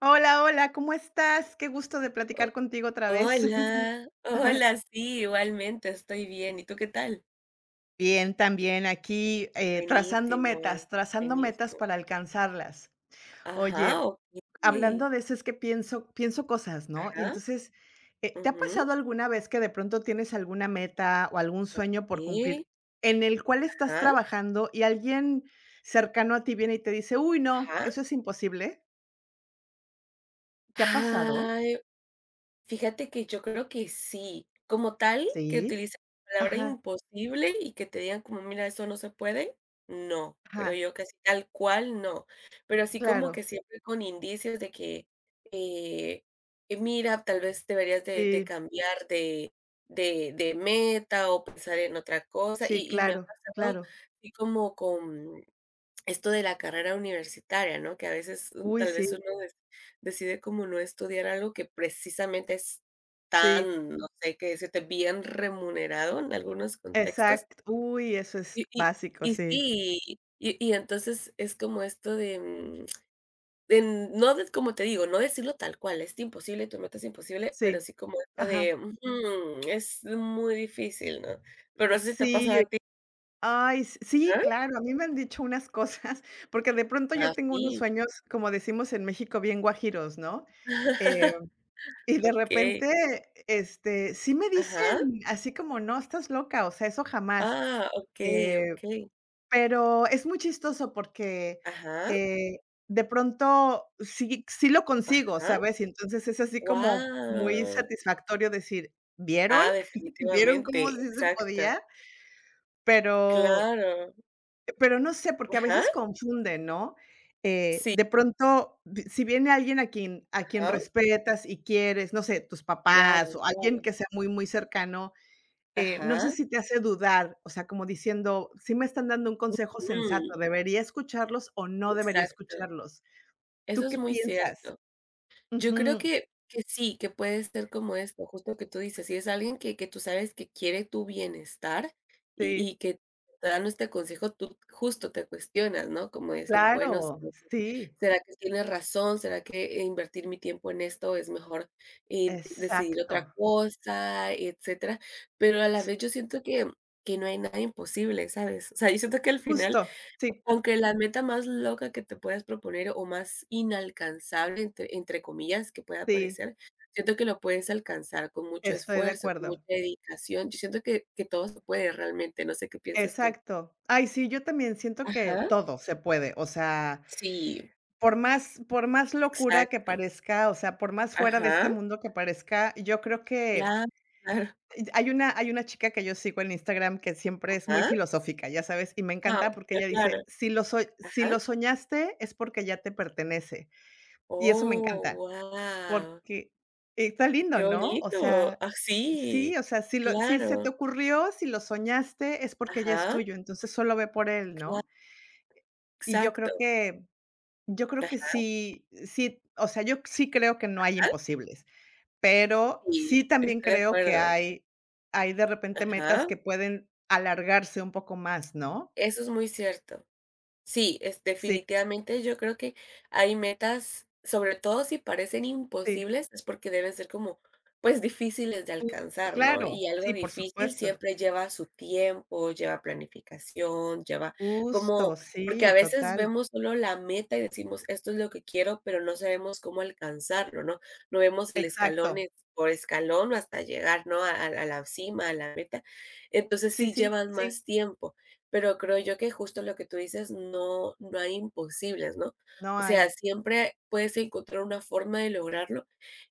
Hola, hola, ¿cómo estás? Qué gusto de Ho platicar contigo otra vez. hola, hola, sí, igualmente, estoy bien, ¿y tú qué tal? Bien, también aquí Buenísimo, trazando metas buenísimo. para alcanzarlas. Ajá, Oye, okey. hablando de eso, es que pienso, pienso cosas, ¿no? Y Ajá, entonces, ¿te ha ujú, pasado alguna vez que de pronto tienes alguna meta o algún sueño por cumplir sí, en el cual estás trabajando y alguien cercano a ti viene y te dice, uy, no, ajá, ajá. eso es imposible? ¿Te ha pasado? Ay. Fíjate que yo creo que sí, como tal, que Sí. utilicen la palabra Ajá, imposible y que te digan como: "Mira, eso no se puede". No, creo ajá, yo que así tal cual, no, pero así como claro, que siempre con indicios de eh, que mira, tal vez deberías de sí. cambiar de meta o pensar en otra cosa, Sí, y me ha claro, pasado claro. así como con esto de la carrera universitaria, ¿no? Que a veces, Uy, tal sí, vez uno des decide como no estudiar algo que precisamente es sí, tan, no sé qué decirte, bien remunerado en algunos contextos. exacto. Uy, eso es Y y básico, y sí, sí, y entonces es como esto de, de no de como te digo, no decirlo tal cual, es imposible, tu meta es imposible, pero sí. sí como esto Ajá, de, ujú, es muy difícil, ¿no? Pero no sé si te ha pasado sí. a ti, Ay, s sí, ¿ah? claro, a mí me han dicho unas cosas, porque de pronto yo Ah, tengo unos sí. sueños, como decimos en México, bien guajiros, ¿no? Eh, y de Okey. repente, este, sí me Ajá. dicen así como: "No, estás loca, o sea, eso jamás". Ah, okey, Eh okey. Pero es muy chistoso porque, Ajá, eh, de pronto sí lo consigo, ajá. ¿sabes? Y entonces es así como muy Wow. satisfactorio decir: "¿Vieron? Ah, ¿Vieron cómo definitivamente, sí se exacto. podía?". Pero Claro. pero no sé, porque a Ajá. veces confunden, ¿no? Sí, De pronto, vi si viene alguien a quien ajá. respetas y quieres, no sé, tus papás Claro, o alguien claro. que sea muy, muy cercano, no sé Ajá. si te hace dudar, o sea, como diciendo, si me están dando un consejo Mm, sensato, ¿debería escucharlos o no debería exacto. escucharlos? Eso ¿Tú es qué muy piensas? cierto. Yo creo Ujú, que sí, que puede ser como esto, justo que tú dices, si es alguien que tú sabes que quiere tu bienestar y sí, que te dan este consejo, tú justo te cuestionas, ¿no? Como decir, bueno, claro, ¿será que sí, será que tienes razón? ¿Será que invertir mi tiempo en esto es mejor, decidir otra exacto. cosa, etcétera? Pero a la Sí, vez yo siento que no hay nada imposible, ¿sabes? O sea, yo siento que al final justo, sí, aunque la meta más loca que te puedas proponer o más inalcanzable, entre comillas, que pueda sí, parecer, siento que lo puedes alcanzar con mucho estoy de esfuerzo, con acuerdo. mucha dedicación. Yo siento que todo se puede realmente, no sé qué piensas tú. Exacto. Ay, sí, yo también siento que Ajá, todo se puede, o sea, sí, por más locura que exacto. parezca, o sea, por más fuera de este Ajá, mundo que parezca, yo creo que claro, claro, hay una chica que yo sigo en Instagram que siempre es muy ajá, filosófica, ya sabes, y me guau, encanta porque ella claro, dice: Si lo ajá. soñaste es porque ya te pertenece", y eso me Oh, encanta, guau, porque está lindo, qué ¿no? O bonito. sea, Ah, sí, sí, o sea, si se te claro, ocurrió, si lo soñaste es porque ya es ajá, tuyo, entonces solo ve por él, claro, ¿no? Y yo exacto, creo que yo creo que ajá. sí sí, o sea, yo sí creo que no hay imposibles. Pero Sí, sí también estoy de creo que acuerdo. Hay de repente metas Ajá, que pueden alargarse un poco más, ¿no? eso es muy cierto. Sí, es Sí, definitivamente yo creo que hay metas, sobre todo si parecen sí, imposibles, es porque deben ser como, pues, difíciles de justo, alcanzar, ¿no? claro, Y algo sí, por difícil supuesto. siempre lleva su tiempo, lleva planificación, lleva Justo, como, porque sí, a veces total. vemos solo la meta y decimos, esto es lo que quiero, pero no sabemos cómo alcanzarlo, ¿no? No vemos el escalón Exacto. Por escalón o hasta llegar, ¿no? A la cima, a la meta. Entonces Sí, sí sí, llevan sí, más tiempo. Pero creo yo que justo lo que tú dices, no no hay imposibles, ¿no? no O hay. sea, siempre puedes encontrar una forma de lograrlo,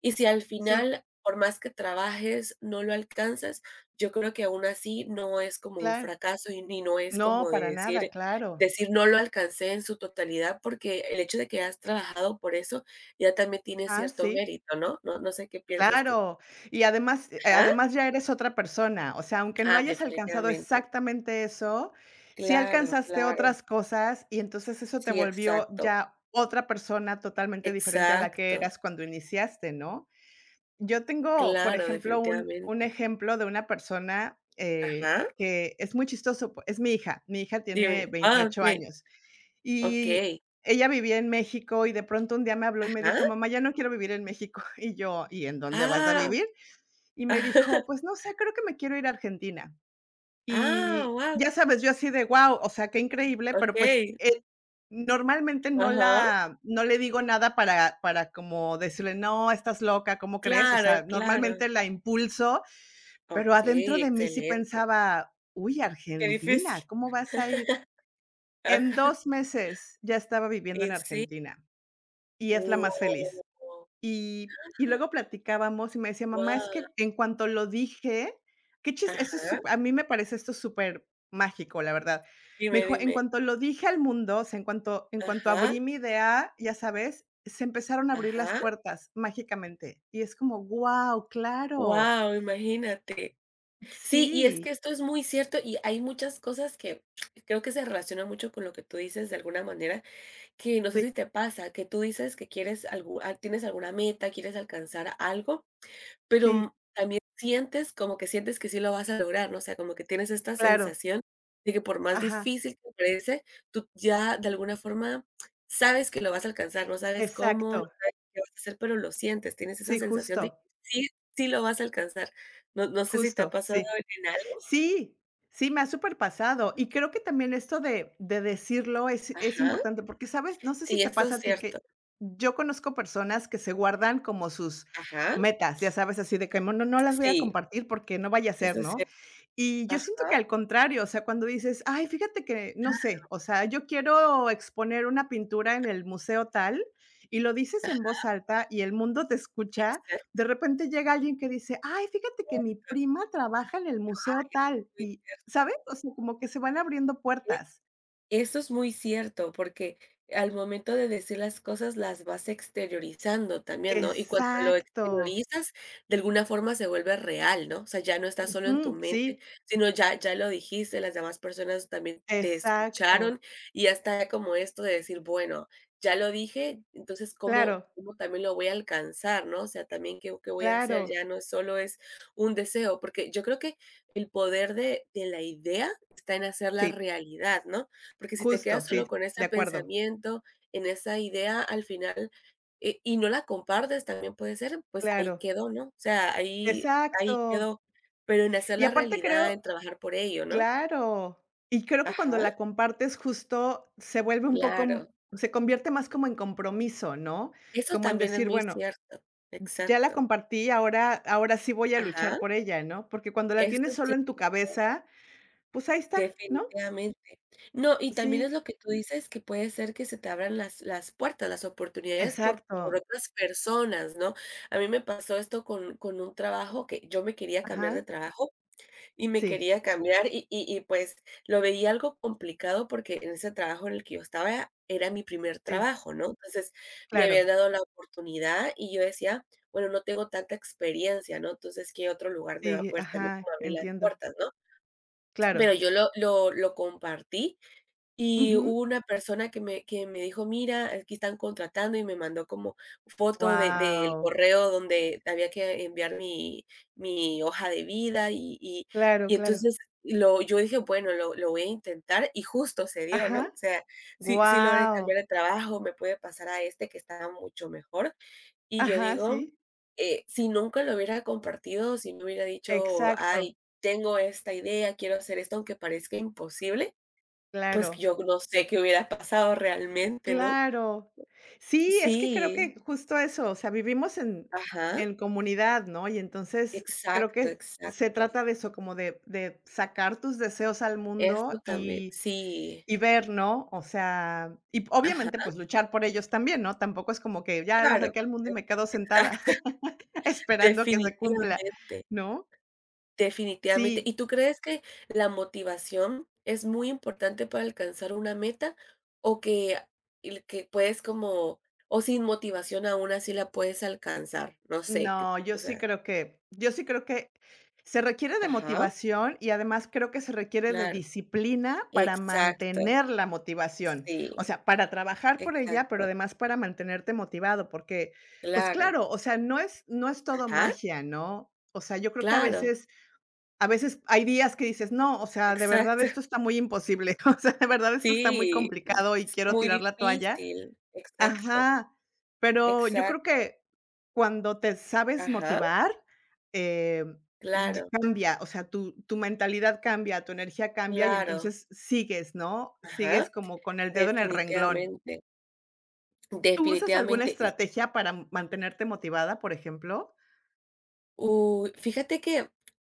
y si al Sí, final, por más que trabajes, no lo alcanzas, yo creo que aún así no es como un claro. fracaso, y ni no es No, como de para decir nada, claro. decir: "No lo alcancé en su totalidad", porque el hecho de que has trabajado por eso ya también tiene Ah, cierto sí. mérito, ¿no? No no sé qué piensas tú. Claro, y además Ajá. además ya eres otra persona, o sea, aunque no Ah, hayas alcanzado definitivamente. exactamente eso, sí Claro, alcanzaste claro. otras cosas y entonces eso te Sí, volvió exacto. ya otra persona totalmente diferente a la que Exacto, eras cuando iniciaste, ¿no? Yo tengo, por claro, ejemplo, un definitivamente. ejemplo de una persona, Ajá, que es muy chistoso, po es mi hija. Mi hija tiene dime. Ah, 28 okey, años, y okey, ella vivía en México, y de pronto un día me habló y me ajá. dijo: "Mamá, ya no quiero vivir en México". Y yo: "¿Y en dónde vas a Ah, vivir?". Y me dijo: "Pues no sé, creo que me quiero ir a Argentina". ah, Y wow, ya sabes, yo así de wow, o sea, qué increíble, pero pues, okey, normalmente ajá, no le digo nada para como decirle: "No, estás loca, ¿cómo crees?". O claro, sea, claro. normalmente la impulso, pero adentro Okey, de mí sí excelente. pensaba: "Uy, Qué difícil. Argentina, ¿cómo vas a ir?". Ajá. En 2 meses ya estaba viviendo Y en sí. Argentina y es la más Wow, feliz. Y y luego platicábamos y me decía: "Mamá, es que wow. en cuanto lo dije", qué chis eso es Ajá, sup a mí me parece esto súper mágico la verdad. Me dime, dijo: "En dime. cuanto lo dije al mundo, o sea, en cuanto Ajá, abrí mi idea, ya sabes, se empezaron a abrir las ajá. puertas mágicamente". Y es como, guau, claro. Wow, imagínate. Sí, y es Sí, que esto es muy cierto, y hay muchas cosas que creo que se relacionan mucho con lo que tú dices de alguna manera, que no sé sí, si te pasa, que tú dices que quieres algo tienes alguna meta, quieres alcanzar algo, pero, sí, también sientes como que sientes que sí lo vas a lograr, ¿no? O sea, como que tienes esta claro. sensación de que por más Ajá, difícil que parece, tú ya de alguna forma sabes que lo vas a alcanzar, no sabes cómo, no exacto. sabes qué vas a hacer, pero lo sientes, tienes esa Sí, sensación de que justo, sí, sí lo vas a alcanzar. No no sé si te ha justo, pasado sí. en... Sí, sí, me ha superpasado. Y creo que también esto de decirlo es Ajá. importante, porque, ¿sabes? No sé si Sí, te eso pasa es a ti cierto. que yo conozco personas que se guardan como sus Ajá. metas, ya sabes, así de que no las voy a Sí, compartir porque no vaya a ser, eso es ¿no? cierto. Y yo siento que Ajá. al contrario, o sea, cuando dices: "Ay, fíjate que, no sé, o sea, yo quiero exponer una pintura en el museo tal", y lo dices Ah, en voz alta y el mundo te escucha, de exacto, repente llega alguien que dice: "Ay, fíjate que mi prima trabaja en el museo eso es tal", muy y, cierto. ¿sabes? O sea, como que se van abriendo puertas. Eso es muy cierto, porque al momento de decir las cosas las vas exteriorizando también, ¿no? Y cuando lo Exacto. exteriorizas, de alguna forma se vuelve real, ¿no? O sea, ya no está solo en tu Ujú, sí, mente, sino ya, ya lo dijiste, las demás personas también te exacto. escucharon y hasta como esto de decir, bueno, ya lo dije, entonces Claro, ¿cómo también lo voy a alcanzar, ¿no? O sea, también qué voy a hacer, claro. ya no solo es un deseo, porque yo creo que el poder de la idea está en hacerla Sí, realidad, ¿no? Porque si te justo, quedas solo sí, con de ese acuerdo. pensamiento, en esa idea, al final, y no la compartes, también puede ser, pues ahí Claro. quedó, ¿no? O sea, ahí, ahí Exacto. quedó. Pero en hacer Y la aparte realidad, creo en trabajar por ello, ¿no? claro. Y creo que Ajá, cuando la compartes justo se vuelve un poco, claro. Se convierte más como en compromiso, ¿no? Eso Como en también es decir, muy bueno, cierto. ya la Exacto. compartí, ahora ahora sí voy a luchar Ajá. por ella, ¿no? Porque cuando la Esto tienes es solo en tu cierto. cabeza, pues ahí está, ¿no? Definitivamente. No, y también es Sí, lo que tú dices, que puede ser que se te abran las puertas, las oportunidades por exacto. otras personas, ¿no? A mí me pasó esto con un trabajo que yo me quería cambiar de Ajá. trabajo y me Sí, quería cambiar y, pues, lo veía algo complicado porque en ese trabajo en el que yo estaba era mi primer sí, trabajo, ¿no? Entonces, me habían claro. dado la oportunidad y yo decía: "Bueno, no tengo tanta experiencia, ¿no? Entonces, ¿qué otro lugar me va a Sí, poder también ajá, como abrir las entiendo. puertas, no?". Claro. Pero yo lo compartí y Ujú. hubo una persona que me dijo: "Mira, aquí están contratando", y me mandó como foto de del Guau. correo donde había que enviar mi mi hoja de vida y y Claro, y claro. entonces lo yo dije: "Bueno, lo voy a intentar", y justo se dio, ¿no? Ajá. O sea, sí sí logré Guau. cambiar de trabajo, me pude pasar a este que estaba mucho mejor, y yo Ajá, digo, sí. Si nunca lo hubiera compartido, si me hubiera dicho, Exacto. ay, tengo esta idea, quiero hacer esto, aunque parezca imposible, pues Claro. yo no sé qué hubiera pasado realmente, ¿no? Claro. Sí, es que creo Sí, que justo eso, o sea, vivimos ajá, en comunidad, ¿no? Y entonces creo exacto, que se exacto. trata de eso, como de sacar tus deseos al Esto mundo también, sí, y ver, ¿no? O sea, y ajá, obviamente, pues, luchar por ellos también, ¿no? Tampoco es como que ya los claro, saqué al mundo y me quedo e sentada exacto, esperando que se cumpla, definitivamente. ¿no? Definitivamente. Sí. ¿Y tú crees que la motivación es muy importante para alcanzar una meta o que el que puedes como o sin motivación aún así la puedes alcanzar? No sé, que, No, o sea, yo sí creo que se requiere de ajá, motivación y además creo que se requiere de claro. disciplina para Exacto. mantener la motivación. Sí, O sea, para trabajar por ella, pero exacto. además para mantenerte motivado, porque, pues Claro. claro, o sea, no es todo Ajá, magia, ¿no? O sea, yo creo que claro. A veces hay días que dices: "No, o sea, de verdad Exacto. esto está muy imposible, o sea, de verdad esto está muy Sí, complicado y s quiero muy tirar la toalla". difícil. Exacto, Ajá, pero yo creo exacto. que cuando te sabes Ajá, motivar, em, y claro, cambia, o sea, tu mentalidad cambia, tu energía cambia y claro. entonces sigues, ¿no? Ajá, Sigues como con el dedo en el renglón. definitivamente. ¿Tú usas alguna Definitivamente. Estrategia para mantenerte motivada, por ejemplo? Uy, fíjate que,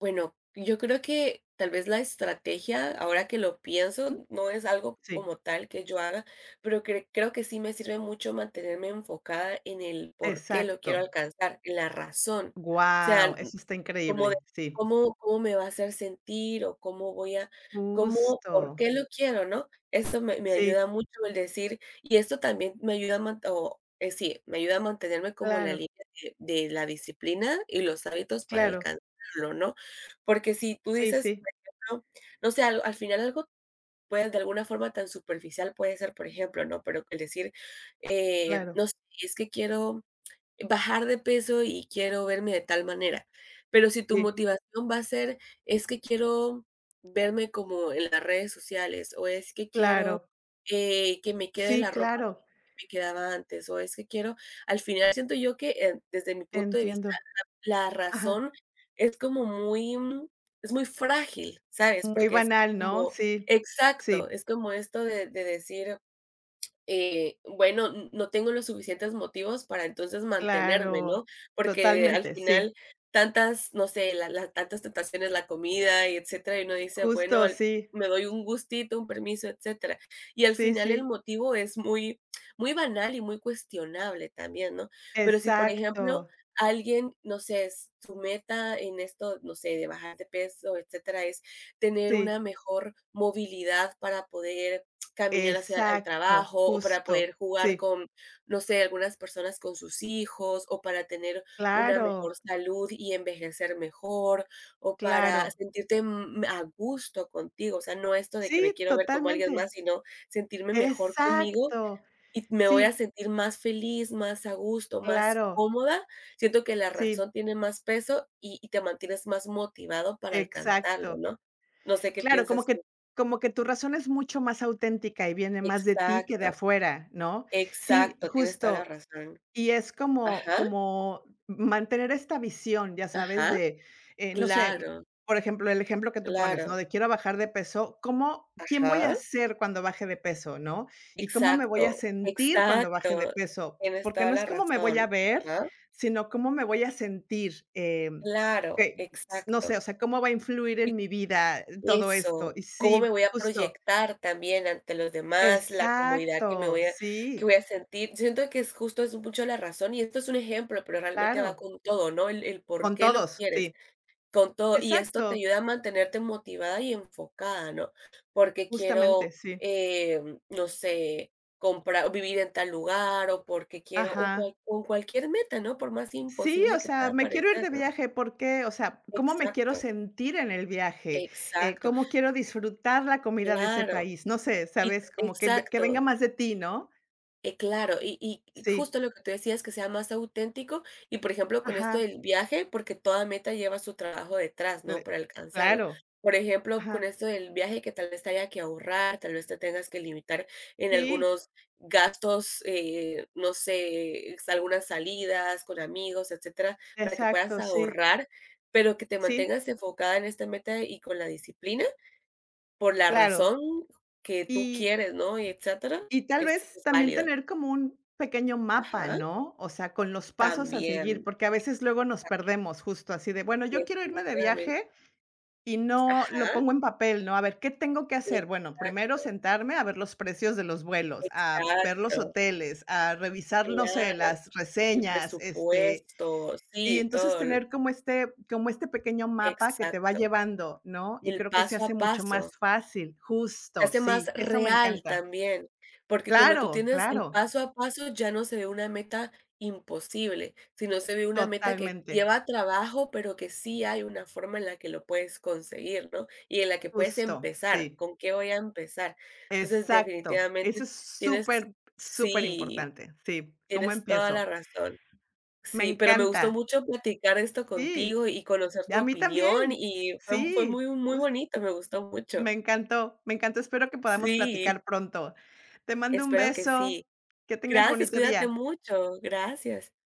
bueno, yo creo que tal vez la estrategia, ahora que lo Ujú, pienso, no es algo sí, como tal que yo haga, pero creo que sí me sirve mucho mantenerme enfocada en el por qué lo quiero exacto. alcanzar, en la razón. O Wow, sea, eso está como de increíble, sí. cómo me va a hacer sentir o cómo voy a cómo por Justo. qué lo quiero, ¿no? Eso me Sí, ayuda mucho el decir y esto también me ayuda a man o, sí, me ayuda a mantenerme como en la claro, línea de la disciplina y los hábitos para claro. alcanzarlo, ¿no? Porque si tú Sí, dices, sí, por ejemplo, no sé, al final algo puede de alguna forma tan superficial puede ser, por ejemplo, ¿no? Pero el decir, claro. no sé, es que quiero bajar de peso y quiero verme de tal manera. Pero si tu Sí, motivación va a ser: "Es que quiero verme como en las redes sociales", o "Es que quiero, claro. Que me quede Sí, la ropa que claro. que me quedaba antes", o "Es que quiero", al final siento yo que, desde mi punto de vista, Entiendo. la Ajá. razón es como muy, mm, es muy frágil, ¿sabes? Muy Porque es banal, ¿no? como Sí, exacto, sí, es como esto de decir bueno, n no tengo los suficientes motivos para entonces mantenerme, claro, ¿no? Porque al totalmente, sí. final tantas, no sé, la tantas tentaciones, la comida y etcétera, y uno dice: "Bueno, Justo, al sí, me doy un gustito, un permiso, etcétera". Y al sí, final el sí, motivo es muy banal y muy cuestionable también, ¿no? Pero si, por ejemplo, exacto, alguien, no sé, s su meta en esto, no sé, de bajar de peso, etcétera, es tener sí, una mejor movilidad para poder caminar hacia al exacto, trabajo o para justo, poder jugar sí, con, no sé, algunas personas con sus hijos o para tener una claro, mejor salud y envejecer mejor o para claro, sentirte a gusto contigo. O sea, no esto de que me sí, quiero ver como alguien totalmente, más, sino sentirme mejor conmigo exacto, y me voy a sí, sentir más feliz, más a gusto, más claro, cómoda. Siento que la sí, razón tiene más peso y te mantienes más motivado para alcanzarlo, exacto. ¿no? No sé qué Claro, como piensas que tú. Tu razón es mucho más auténtica y viene más de ti que de Exacto. afuera, ¿no? Sí, Exacto, tienes toda la justo. razón. Y es como Ajá, mantener esta visión, ya sabes, ajá. de, no sé, Claro, por ejemplo, el ejemplo que tú pones, ¿no? claro. De quiero bajar de peso, ¿cómo quién voy a Ajá. ser cuando baje de peso, no? Y cómo me voy a Exacto, sentir cuando baje de exacto. peso, Tienes porque toda no es la cómo me voy razón. a ver, Ajá. sino cómo me voy a sentir, Claro, que s no sé, o exacto. sea, cómo va a influir en mi vida Y todo esto. eso, Y cómo me sí, voy a justo. proyectar también ante los demás, la comodidad que me Exacto, voy a que sí, voy a sentir. Siento que es justo es mucho la razón, y esto es un ejemplo, pero realmente va claro, con todo, ¿no? El por con qué lo todos, quieres. sí, Con todo y esto te exacto. ayuda a mantenerte motivada y enfocada, ¿no? Porque Justamente, quiero, sí. em, no sé, comprar vivir en tal lugar, o porque quiero o Ajá. cual con cualquier meta, ¿no? Por más Sí, imposible o que sea, pueda me quiero ir parecer, de ¿no? viaje, porque o sea, ¿cómo me quiero Exacto, sentir en el viaje? Exacto, ¿Cómo quiero disfrutar la comida de ese claro, país? No sé, y ¿sabes? Como que ve que venga exacto. más de ti, ¿no? Claro, y Sí. justo lo que tú decías, que sea más auténtico y, por ejemplo, con esto Ajá. del viaje, porque toda meta lleva su trabajo detrás, ¿no?, Cle para alcanzarla. claro. Por ejemplo, con Ajá. esto del viaje que tal vez te haya que ahorrar, tal vez te tengas que limitar en Sí, algunos gastos, no sé, s algunas salidas con amigos, etcétera, para que puedas exacto, sí. ahorrar, pero que te Sí, mantengas enfocada en esta meta y con la disciplina, por la claro. razón que tú Y quieres, ¿no?, y etcétera, y tal vez es también válido. tener como un pequeño mapa, Ajá. ¿no? O sea, con los pasos a seguir, También, porque a veces luego nos perdemos justo así de, bueno, yo quiero irme de definitivamente. viaje y no lo Ajá, pongo en papel, ¿no? A ver, ¿qué tengo que hacer? Bueno, primero exacto, sentarme a ver los precios de los vuelos, a ver los exacto, hoteles, a revisar, no sé, claro, las el reseñas, este, presupuesto, y sí, entonces todo, tener como este pequeño mapa que te va exacto, llevando, ¿no? Y el creo que se paso a hace mucho paso. más fácil, Se justo, hace más sí, eso me real encanta. también, porque cuando tú Claro, tienes el claro, paso a paso ya no se ve una meta imposible, sino se ve una meta que totalmente, lleva trabajo, pero que sí hay una forma en la que lo puedes conseguir, ¿no? Y en la que puedes justo, empezar, sí, ¿con qué voy a empezar? Entonces, exacto. definitivamente Eso es tienes súper, súper sí, importante sí. ¿Cómo tienes toda la empiezo? razón. Me Sí, pero me encanta. gustó mucho platicar esto Sí, contigo y conocer y tu a mí opinión también. y fue Sí, muy, muy justo. bonito, me gustó mucho. Me encantó, me encantó. Espero que podamos Sí, platicar pronto. Te mando un espero que sí. beso. Que tengas Gracias, bonito cuídate día. mucho, gracias.